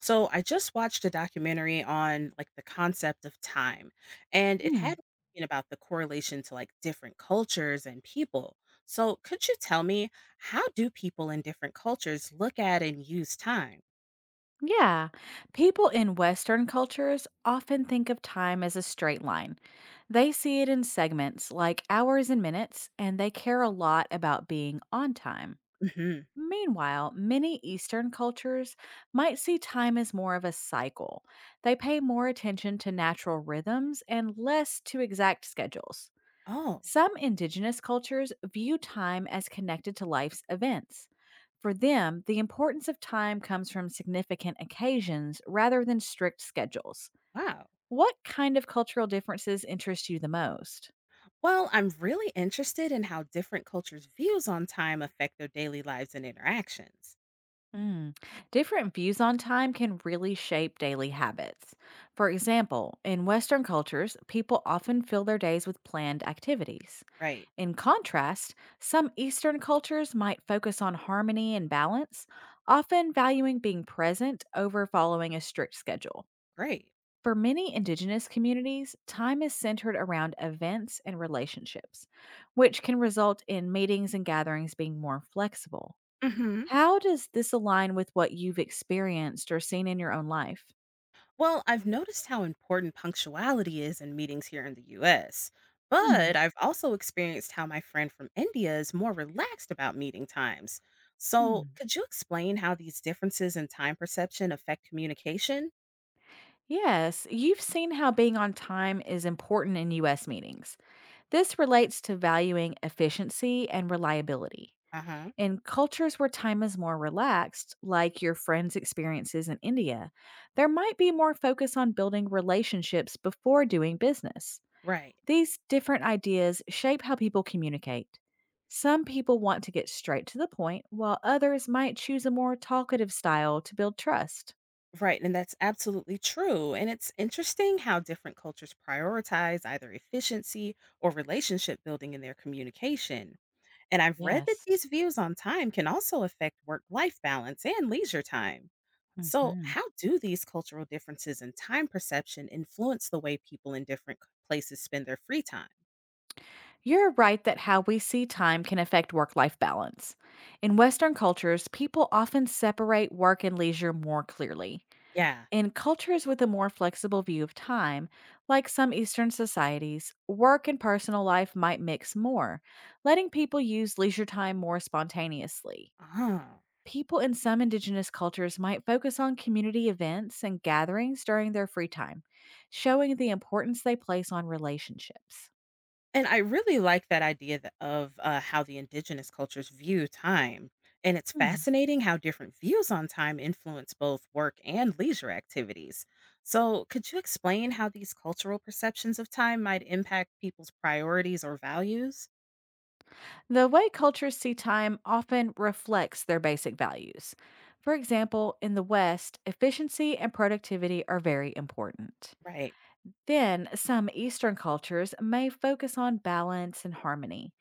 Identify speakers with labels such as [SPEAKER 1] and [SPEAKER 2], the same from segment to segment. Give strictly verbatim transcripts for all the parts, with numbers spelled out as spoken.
[SPEAKER 1] So I just watched a documentary on like the concept of time, and it
[SPEAKER 2] Hmm.
[SPEAKER 1] had been about the correlation to like different cultures and people. So could you tell me how do people in different cultures look at and use time?
[SPEAKER 2] Yeah. People in Western cultures often think of time as a straight line. They see it in segments like hours and minutes, and they care a lot about being on time.
[SPEAKER 1] Hmm.
[SPEAKER 2] Meanwhile, many Eastern cultures might see time as more of a cycle. They pay more attention to natural rhythms and less to exact schedules.
[SPEAKER 1] Oh,
[SPEAKER 2] Some indigenous cultures view time as connected to life's events. For them, the importance of time comes from significant occasions rather than strict schedules.
[SPEAKER 1] wow.
[SPEAKER 2] What kind of cultural differences interest you the most?
[SPEAKER 1] Well, I'm really interested in how different cultures' views on time affect their daily lives and interactions.
[SPEAKER 2] Mm. Different views on time can really shape daily habits. For example, in Western cultures, people often fill their days with planned activities.
[SPEAKER 1] Right.
[SPEAKER 2] In contrast, some Eastern cultures might focus on harmony and balance, often valuing being present over following a strict schedule.
[SPEAKER 1] Great.
[SPEAKER 2] For many indigenous communities, time is centered around events and relationships, which can result in meetings and gatherings being more flexible.
[SPEAKER 1] Hmm.
[SPEAKER 2] How does this align with what you've experienced or seen in your own life?
[SPEAKER 1] Well, I've noticed how important punctuality is in meetings here in the U S,
[SPEAKER 2] Hmm.
[SPEAKER 1] but I've also experienced how my friend from India is more relaxed about meeting times. So,
[SPEAKER 2] hmm.
[SPEAKER 1] could you explain how these differences in time perception affect communication?
[SPEAKER 2] Yes, you've seen how being on time is important in U S meetings. This relates to valuing efficiency and reliability.
[SPEAKER 1] Uh huh.
[SPEAKER 2] In cultures where time is more relaxed, like your friend's experiences in India, there might be more focus on building relationships before doing business.
[SPEAKER 1] Right.
[SPEAKER 2] These different ideas shape how people communicate. Some people want to get straight to the point, while others might choose a more talkative style to build trust.
[SPEAKER 1] Right. And that's absolutely true. And it's interesting how different cultures prioritize either efficiency or relationship building in their communication. And I've read that
[SPEAKER 2] Yes.
[SPEAKER 1] these views on time can also affect work life balance and leisure time. So,
[SPEAKER 2] hmm
[SPEAKER 1] how do these cultural differences in time perception influence the way people in different c- places spend their free time?
[SPEAKER 2] You're right that how we see time can affect work life balance. In Western cultures, people often separate work and leisure more clearly.
[SPEAKER 1] Yeah.
[SPEAKER 2] In cultures with a more flexible view of time, like some Eastern societies, work and personal life might mix more, letting people use leisure time more spontaneously.
[SPEAKER 1] Uh.
[SPEAKER 2] People in some indigenous cultures might focus on community events and gatherings during their free time, showing the importance they place on relationships.
[SPEAKER 1] And I really like that idea th- of uh, how the indigenous cultures view time. And it's
[SPEAKER 2] Hmm.
[SPEAKER 1] fascinating how different views on time influence both work and leisure activities. So, could you explain how these cultural perceptions of time might impact people's priorities or values?
[SPEAKER 2] The way cultures see time often reflects their basic values. For example, in the West, efficiency and productivity are very important.
[SPEAKER 1] Right.
[SPEAKER 2] Then, some Eastern cultures may focus on balance and harmony.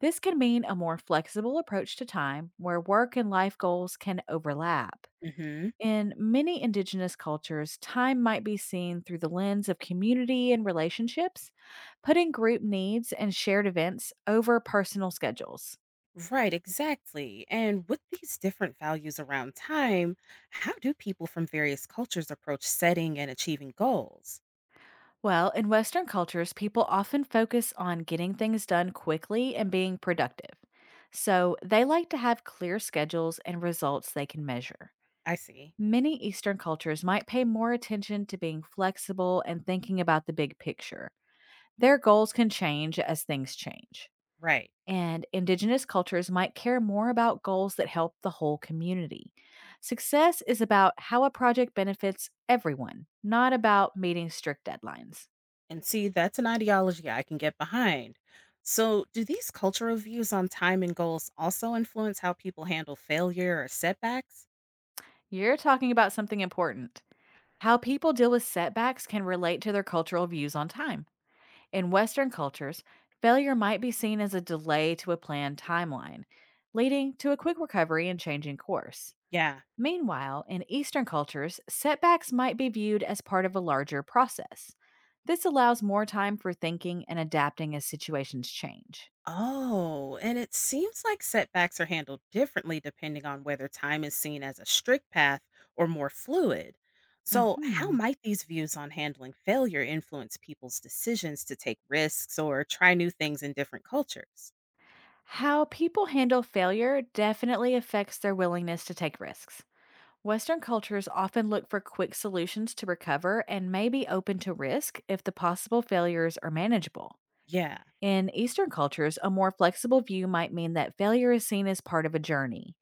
[SPEAKER 2] This can mean a more flexible approach to time where work and life goals can overlap.
[SPEAKER 1] Hmm.
[SPEAKER 2] In many indigenous cultures, time might be seen through the lens of community and relationships, putting group needs and shared events over personal schedules.
[SPEAKER 1] Right, exactly. And with these different values around time, how do people from various cultures approach setting and achieving goals?
[SPEAKER 2] Well, in Western cultures, people often focus on getting things done quickly and being productive. So they like to have clear schedules and results they can measure.
[SPEAKER 1] I see.
[SPEAKER 2] Many Eastern cultures might pay more attention to being flexible and thinking about the big picture. Their goals can change as things change.
[SPEAKER 1] Right.
[SPEAKER 2] And indigenous cultures might care more about goals that help the whole community. Success is about how a project benefits everyone, not about meeting strict deadlines.
[SPEAKER 1] And see, that's an ideology I can get behind. So, do these cultural views on time and goals also influence how people handle failure or setbacks?
[SPEAKER 2] You're talking about something important. How people deal with setbacks can relate to their cultural views on time. In Western cultures, failure might be seen as a delay to a planned timeline, leading to a quick recovery and changing course.
[SPEAKER 1] Yeah.
[SPEAKER 2] Meanwhile, in Eastern cultures, setbacks might be viewed as part of a larger process. This allows more time for thinking and adapting as situations change.
[SPEAKER 1] Oh, and it seems like setbacks are handled differently depending on whether time is seen as a strict path or more fluid. So, how
[SPEAKER 2] Mhm.
[SPEAKER 1] might these views on handling failure influence people's decisions to take risks or try new things in different cultures?
[SPEAKER 2] How people handle failure definitely affects their willingness to take risks. Western cultures often look for quick solutions to recover and may be open to risk if the possible failures are manageable.
[SPEAKER 1] Yeah,
[SPEAKER 2] In Eastern cultures, a more flexible view might mean that failure is seen as part of a journey.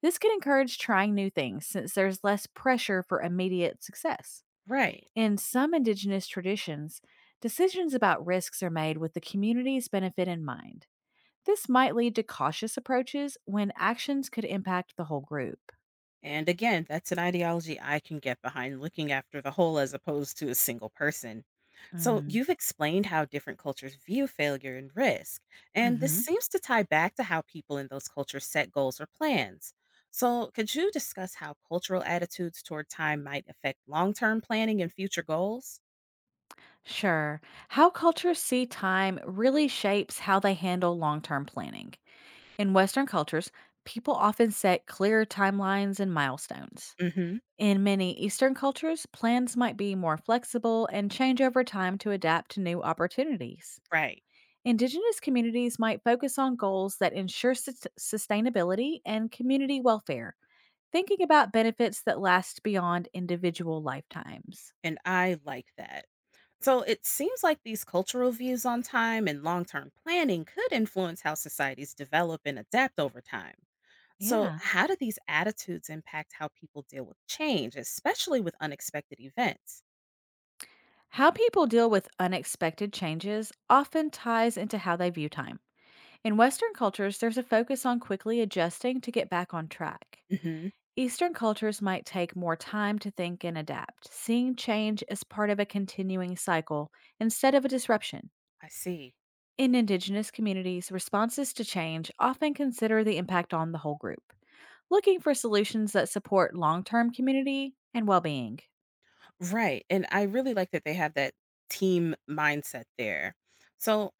[SPEAKER 2] This can encourage trying new things since there's less pressure for immediate success.
[SPEAKER 1] right.
[SPEAKER 2] In some indigenous traditions, decisions about risks are made with the community's benefit in mind. This might lead to cautious approaches when actions could impact the whole group.
[SPEAKER 1] And again, that's an ideology I can get behind looking after the whole as opposed to a single person. So,
[SPEAKER 2] Mm,
[SPEAKER 1] you've explained how different cultures view failure and risk, and this
[SPEAKER 2] mhm.
[SPEAKER 1] seems to tie back to how people in those cultures set goals or plans. So, could you discuss how cultural attitudes toward time might affect long term planning and future goals?
[SPEAKER 2] Sure. How cultures see time really shapes how they handle long term planning. In Western cultures, people often set clear timelines and milestones.
[SPEAKER 1] Hmm.
[SPEAKER 2] In many Eastern cultures, plans might be more flexible and change over time to adapt to new opportunities.
[SPEAKER 1] Right.
[SPEAKER 2] Indigenous communities might focus on goals that ensure sus- sustainability and community welfare, thinking about benefits that last beyond individual lifetimes.
[SPEAKER 1] And I like that. So it seems like these cultural views on time and long term planning could influence how societies develop and adapt over time. So,
[SPEAKER 2] Yeah.
[SPEAKER 1] how do these attitudes impact how people deal with change, especially with unexpected events?
[SPEAKER 2] How people deal with unexpected changes often ties into how they view time. In Western cultures, there's a focus on quickly adjusting to get back on track.
[SPEAKER 1] Hmm.
[SPEAKER 2] Eastern cultures might take more time to think and adapt, seeing change as part of a continuing cycle instead of a disruption.
[SPEAKER 1] I see.
[SPEAKER 2] In Indigenous communities, responses to change often consider the impact on the whole group, looking for solutions that support long term community and well being.
[SPEAKER 1] Right. And I really like that they have that team mindset there. So,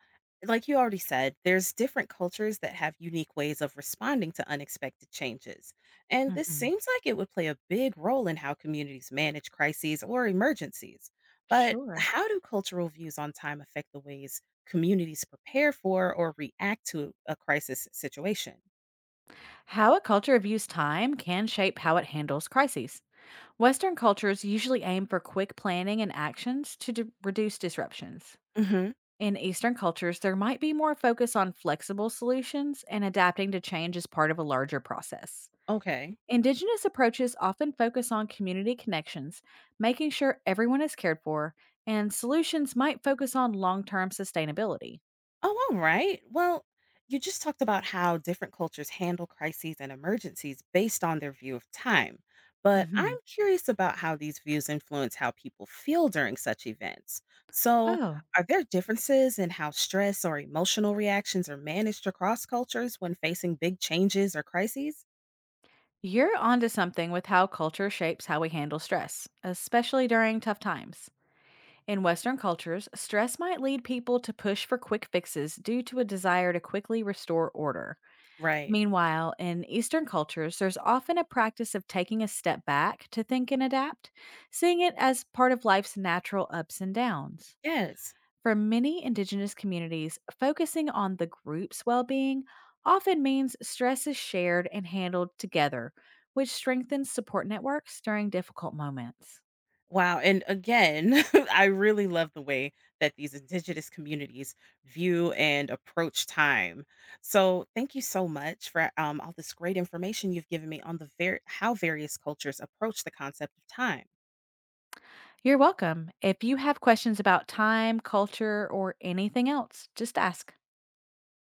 [SPEAKER 1] like you already said, there's different cultures that have unique ways of responding to unexpected changes. And this
[SPEAKER 2] hmm
[SPEAKER 1] seems like it would play a big role in how communities manage crises or emergencies. But
[SPEAKER 2] Sure.
[SPEAKER 1] how do cultural views on time affect the ways communities prepare for or react to a crisis situation?
[SPEAKER 2] How a culture views time can shape how it handles crises. Western cultures usually aim for quick planning and actions to d- reduce disruptions.
[SPEAKER 1] Hmm.
[SPEAKER 2] In Eastern cultures, there might be more focus on flexible solutions and adapting to change as part of a larger process.
[SPEAKER 1] Okay.
[SPEAKER 2] Indigenous approaches often focus on community connections, making sure everyone is cared for, and solutions might focus on long term sustainability.
[SPEAKER 1] Oh, all right. Well, you just talked about how different cultures handle crises and emergencies based on their view of time. But
[SPEAKER 2] hmm
[SPEAKER 1] I'm curious about how these views influence how people feel during such events. So,
[SPEAKER 2] Oh.
[SPEAKER 1] are there differences in how stress or emotional reactions are managed across cultures when facing big changes or crises?
[SPEAKER 2] You're onto something with how culture shapes how we handle stress, especially during tough times. In Western cultures, stress might lead people to push for quick fixes due to a desire to quickly restore order.
[SPEAKER 1] Right.
[SPEAKER 2] Meanwhile, in Eastern cultures, there's often a practice of taking a step back to think and adapt, seeing it as part of life's natural ups and downs.
[SPEAKER 1] Yes.
[SPEAKER 2] For many Indigenous communities, focusing on the group's well being often means stress is shared and handled together, which strengthens support networks during difficult moments.
[SPEAKER 1] Wow, and again, I really love the way that these indigenous communities view and approach time. So, thank you so much for um, all this great information you've given me on the ver- how various cultures approach the concept of time.
[SPEAKER 2] You're welcome. If you have questions about time, culture, or anything else, just ask.